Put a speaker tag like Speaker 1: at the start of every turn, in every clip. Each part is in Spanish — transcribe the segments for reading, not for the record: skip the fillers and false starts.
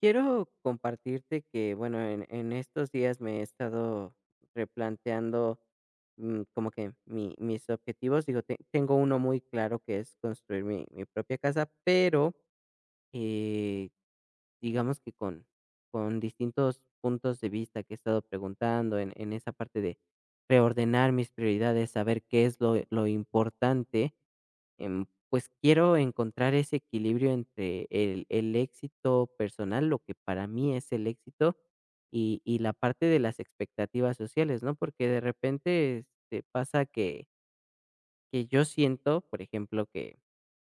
Speaker 1: Quiero compartirte que, bueno, en estos días me he estado replanteando como que mis objetivos. Digo, tengo uno muy claro que es construir mi propia casa, pero eh, digamos que con distintos puntos de vista que he estado preguntando en esa parte de reordenar mis prioridades, saber qué es lo importante. Pues quiero encontrar ese equilibrio entre el éxito personal, lo que para mí es el éxito, y la parte de las expectativas sociales, ¿no? Porque de repente, este, pasa que yo siento, por ejemplo, que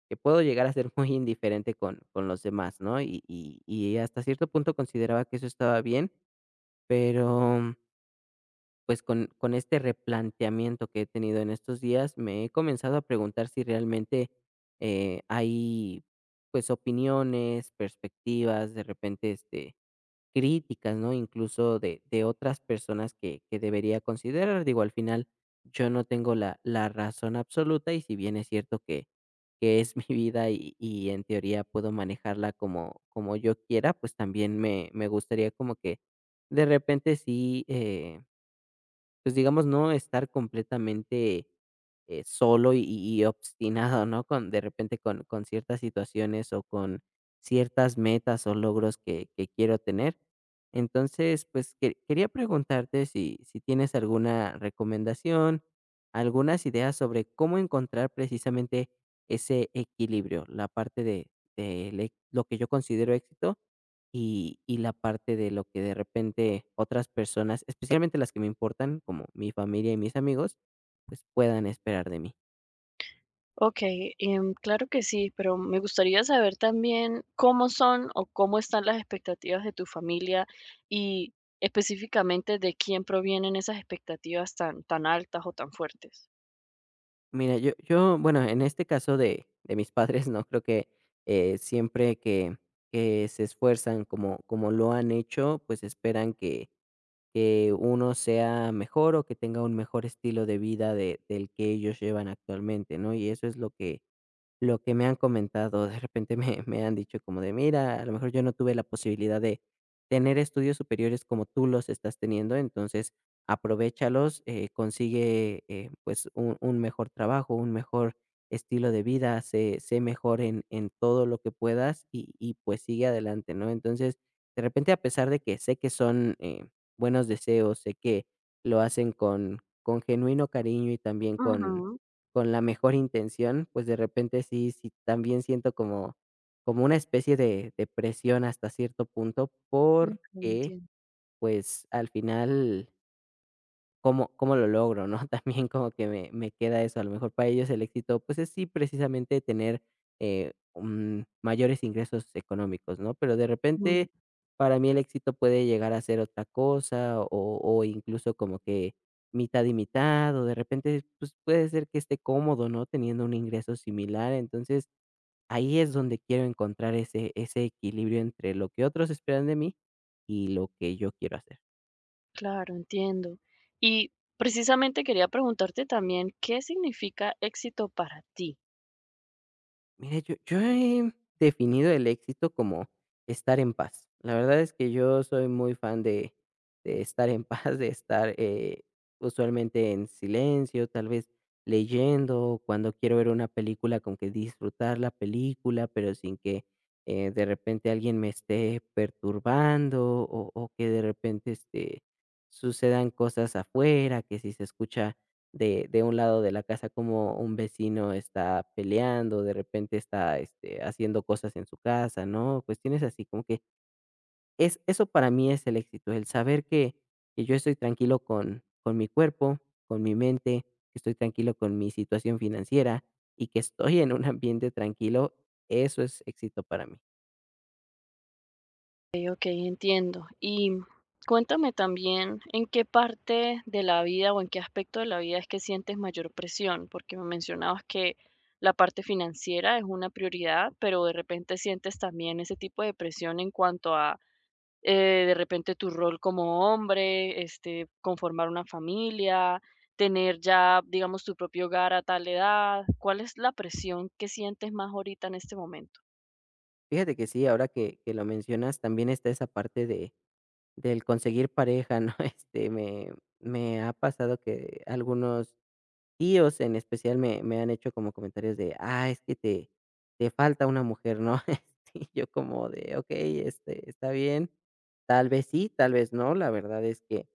Speaker 1: que puedo llegar a ser muy indiferente con los demás, ¿no? Y hasta cierto punto consideraba que eso estaba bien, pero pues con este replanteamiento que he tenido en estos días, me he comenzado a preguntar si realmente hay pues opiniones, perspectivas, de repente este, críticas, ¿no? Incluso de otras personas que debería considerar. Digo, al final yo no tengo la razón absoluta, y si bien es cierto que es mi vida y en teoría puedo manejarla como, como yo quiera, pues también me gustaría como que de repente sí. Pues, digamos, no estar completamente, solo y obstinado, ¿no? Con de repente con ciertas situaciones o con ciertas metas o logros que quiero tener. Entonces, pues, que quería preguntarte si tienes alguna recomendación, algunas ideas sobre cómo encontrar precisamente ese equilibrio, la parte de le lo que yo considero éxito y la parte de lo que de repente otras personas, especialmente las que me importan, como mi familia y mis amigos, pues, puedan esperar de mí.
Speaker 2: Okey, claro que sí, pero me gustaría saber también cómo son o cómo están las expectativas de tu familia y específicamente de quién provienen esas expectativas tan altas o tan fuertes.
Speaker 1: Mira, yo, bueno, en este caso de mis padres, no creo que, siempre que se esfuerzan como lo han hecho, pues, esperan que uno sea mejor o que tenga un mejor estilo de vida de del que ellos llevan actualmente, ¿no? Y eso es lo que... Lo que me han comentado, de repente me me han dicho como de: "Mira, a lo mejor yo no tuve la posibilidad de tener estudios superiores como tú los estás teniendo, entonces aprovéchalos, consigue, pues, un mejor trabajo, un mejor estilo de vida, sé mejor en todo lo que puedas y, pues, sigue adelante", ¿no? Entonces, de repente, a pesar de que sé que son, buenos deseos, sé que lo hacen con genuino cariño y también
Speaker 2: Ujú.
Speaker 1: con la mejor intención, pues, de repente sí también siento como como una especie de presión hasta cierto punto,
Speaker 2: Okey,
Speaker 1: porque,
Speaker 2: entiendo.
Speaker 1: pues, al final cómo lo logro, ¿no? También como que me queda eso. A lo mejor para ellos el éxito, pues, es sí, precisamente tener, mayores ingresos económicos, ¿no? Pero de
Speaker 2: Mm,
Speaker 1: repente, para mí el éxito puede llegar a ser otra cosa, o incluso como que mitad y mitad, o de repente, pues, puede ser que esté cómodo, ¿no? Teniendo un ingreso similar. Entonces, ahí es donde quiero encontrar ese equilibrio entre lo que otros esperan de mí y lo que yo quiero hacer.
Speaker 2: claro, entiendo. Y precisamente quería preguntarte también, ¿qué significa éxito para ti?
Speaker 1: Mira, yo he definido el éxito como estar en paz. La verdad es que yo soy muy fan de estar en paz, de estar, usualmente en silencio, tal vez leyendo, cuando quiero ver una película, con que disfrutar la película, pero sin que, de repente alguien me esté perturbando o que de repente, este, sucedan cosas afuera, que si se escucha de un lado de la casa, como un vecino está peleando, de repente está este, haciendo cosas en su casa, ¿no? Cuestiones así, como que es, eso para mí es el éxito, el saber que yo estoy tranquilo con mi cuerpo, con mi mente, que estoy tranquilo con mi situación financiera y que estoy en un ambiente tranquilo, eso es éxito para mí.
Speaker 2: Ok, entiendo. Y cuéntame también en qué parte de la vida o en qué aspecto de la vida es que sientes mayor presión, porque me mencionabas que la parte financiera es una prioridad, pero de repente sientes también ese tipo de presión en cuanto a de repente tu rol como hombre, este, conformar una familia, tener ya, digamos, tu propio hogar a tal edad. ¿Cuál es la presión que sientes más ahorita en este momento?
Speaker 1: Fíjate que sí, ahora que lo mencionas, también está esa parte del conseguir pareja, ¿no? Este, me ha pasado que algunos tíos en especial me han hecho como comentarios de: "Ah, es que te falta una mujer", ¿no? Este, yo como de: "Okey, este, está bien". Tal vez sí, tal vez no. La verdad es que,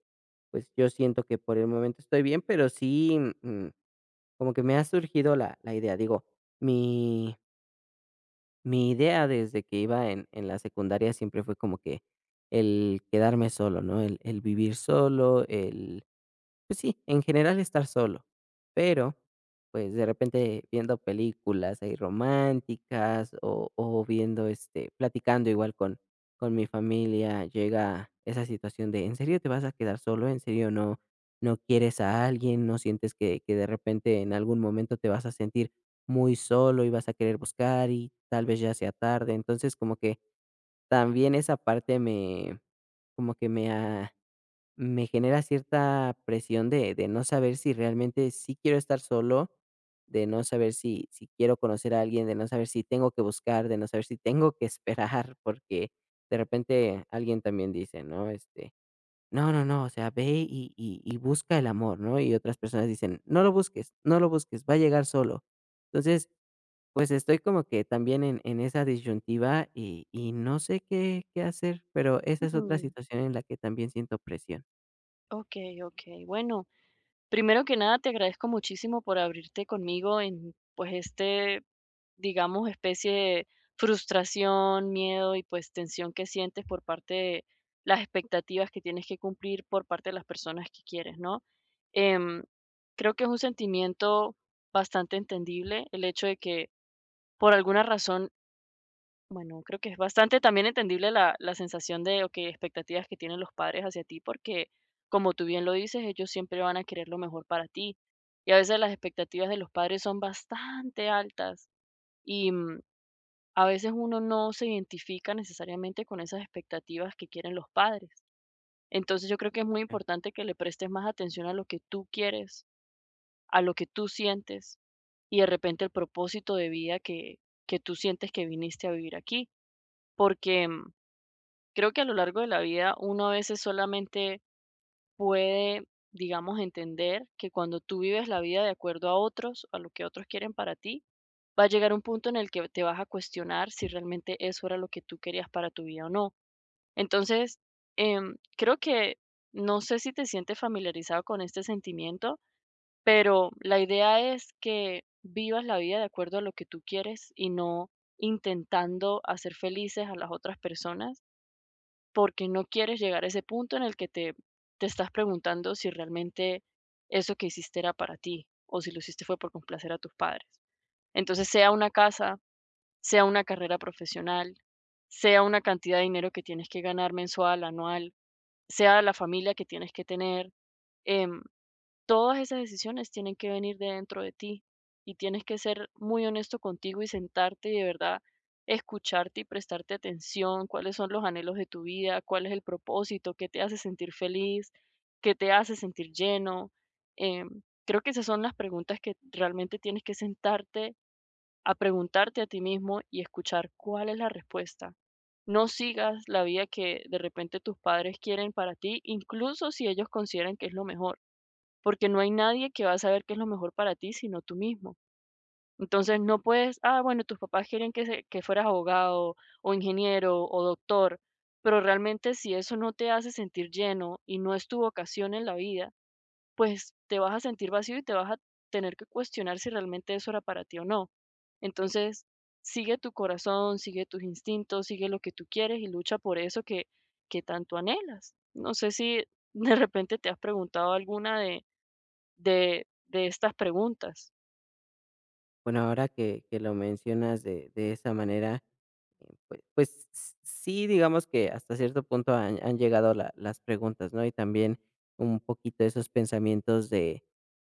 Speaker 1: pues, yo siento que por el momento estoy bien, pero sí, como que me ha surgido la idea. Digo, mi mi idea desde que iba en la secundaria siempre fue como que el quedarme solo, ¿no? El vivir solo, el pues sí, en general estar solo, pero, pues, de repente viendo películas ahí románticas o viendo, este, platicando igual con mi familia, llega esa situación de: "¿En serio te vas a quedar solo? ¿En serio no quieres a alguien? ¿No sientes que de repente en algún momento te vas a sentir muy solo y vas a querer buscar y tal vez ya sea tarde?". Entonces, como que también esa parte me como que me a me genera cierta presión de no saber si realmente sí quiero estar solo, de no saber si quiero conocer a alguien, de no saber si tengo que buscar, de no saber si tengo que esperar, porque de repente alguien también dice, ¿no? Este, no, no, no, o sea, ve y busca el amor, ¿no? Y otras personas dicen, no lo busques, no lo busques, va a llegar solo. Entonces, pues estoy como que también en esa disyuntiva y no sé qué hacer, pero esa es otra
Speaker 2: Mm,
Speaker 1: situación en la que también siento presión.
Speaker 2: ok, ok. Bueno. Primero que nada, te agradezco muchísimo por abrirte conmigo en, pues, este, digamos, especie de frustración, miedo y pues tensión que sientes por parte de las expectativas que tienes que cumplir por parte de las personas que quieres, ¿no? Em, Creo que es un sentimiento bastante entendible el hecho de que por alguna razón bueno, creo que es bastante también entendible la sensación de, okey, expectativas que tienen los padres hacia ti, porque, como tú bien lo dices, ellos siempre van a querer lo mejor para ti. Y a veces las expectativas de los padres son bastante altas y, a veces uno no se identifica necesariamente con esas expectativas que quieren los padres. Entonces, yo creo que es muy importante que le prestes más atención a lo que tú quieres, a lo que tú sientes y de repente el propósito de vida que tú sientes que viniste a vivir aquí, porque creo que a lo largo de la vida uno a veces solamente puede, digamos, entender que cuando tú vives la vida de acuerdo a otros, a lo que otros quieren para ti, va a llegar un punto en el que te vas a cuestionar si realmente eso era lo que tú querías para tu vida o no. Entonces, creo que no sé si te sientes familiarizado con este sentimiento, pero la idea es que vivas la vida de acuerdo a lo que tú quieres y no intentando hacer felices a las otras personas porque no quieres llegar a ese punto en el que te estás preguntando si realmente eso que hiciste era para ti o si lo hiciste fue por complacer a tus padres. Entonces, sea una casa, sea una carrera profesional, sea una cantidad de dinero que tienes que ganar mensual, anual, sea la familia que tienes que tener, em, todas esas decisiones tienen que venir de dentro de ti y tienes que ser muy honesto contigo y sentarte y de verdad escucharte y prestarte atención, cuáles son los anhelos de tu vida, cuál es el propósito, qué te hace sentir feliz, qué te hace sentir lleno. Creo que esas son las preguntas que realmente tienes que sentarte a preguntarte a ti mismo y escuchar cuál es la respuesta. No sigas la vida que de repente tus padres quieren para ti, incluso si ellos consideran que es lo mejor porque no hay nadie que va a saber qué es lo mejor para ti, sino tú mismo. Entonces no puedes, ah, bueno, tus papás quieren que, que fueras abogado o ingeniero o doctor, pero realmente si eso no te hace sentir lleno y no es tu vocación en la vida, pues te vas a sentir vacío y te vas a tener que cuestionar si realmente eso era para ti o no. Entonces, sigue tu corazón, sigue tus instintos, sigue lo que tú quieres y lucha por eso que tanto anhelas. No sé si de repente te has preguntado alguna de estas preguntas.
Speaker 1: Bueno, ahora que lo mencionas de esa manera, pues, sí, digamos que hasta cierto punto han llegado la las preguntas, ¿no? Y también un poquito esos pensamientos de,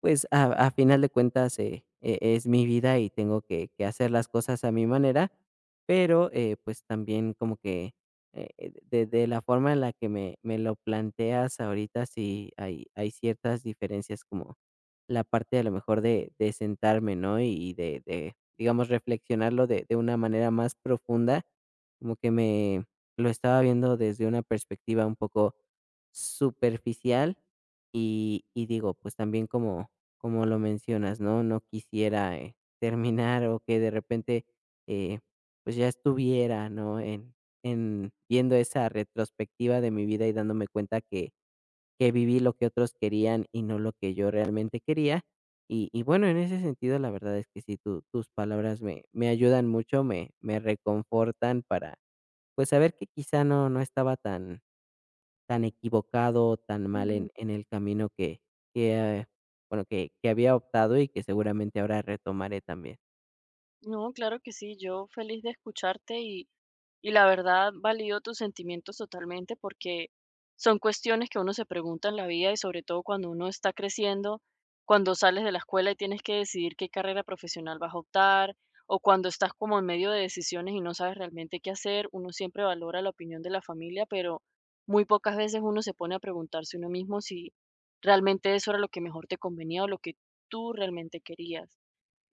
Speaker 1: pues, a final de cuentas, es mi vida y tengo que hacer las cosas a mi manera, pero, pues, también como que, de la forma en la que me lo planteas ahorita, sí hay ciertas diferencias, como la parte a lo mejor de sentarme, ¿no? De, digamos, reflexionarlo de una manera más profunda, como que me lo estaba viendo desde una perspectiva un poco superficial y digo, pues, también como como lo mencionas, ¿no? No quisiera, terminar o que de repente, eh, pues, ya estuviera, ¿no? En viendo esa retrospectiva de mi vida y dándome cuenta que viví lo que otros querían y no lo que yo realmente quería. Bueno, en ese sentido, la verdad es que sí, tu tus palabras me ayudan mucho, me reconfortan para pues, saber que quizá no estaba tan tan equivocado o tan mal
Speaker 2: Ujú.
Speaker 1: en el camino que, eh, bueno, que había optado y que seguramente ahora retomaré también.
Speaker 2: No, claro que sí, yo feliz de escucharte y la verdad valido tus sentimientos totalmente porque son cuestiones que uno se pregunta en la vida y sobre todo cuando uno está creciendo, cuando sales de la escuela y tienes que decidir qué carrera profesional vas a optar o cuando estás como en medio de decisiones y no sabes realmente qué hacer, uno siempre valora la opinión de la familia, pero muy pocas veces uno se pone a preguntarse uno mismo si realmente eso era lo que mejor te convenía o lo que tú realmente querías.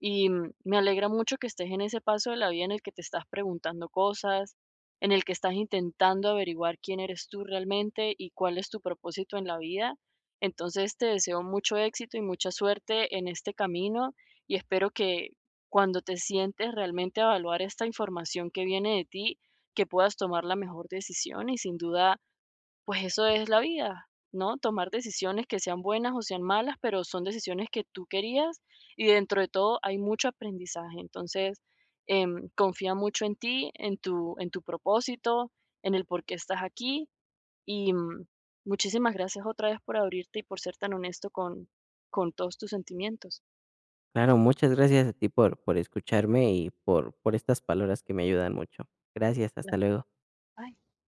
Speaker 2: Y me alegra mucho que estés en ese paso de la vida en el que te estás preguntando cosas, en el que estás intentando averiguar quién eres tú realmente y cuál es tu propósito en la vida. Entonces te deseo mucho éxito y mucha suerte en este camino y espero que cuando te sientes realmente a evaluar esta información que viene de ti, que puedas tomar la mejor decisión y sin duda pues eso es la vida, ¿no? Tomar decisiones que sean buenas o sean malas, pero son decisiones que tú querías y dentro de todo hay mucho aprendizaje. Entonces, confía mucho en ti, en tu propósito, en el por qué estás aquí y muchísimas gracias otra vez por abrirte y por ser tan honesto con todos tus sentimientos.
Speaker 1: Claro, muchas gracias a ti por escucharme y por estas palabras que me ayudan mucho. Gracias, hasta luego.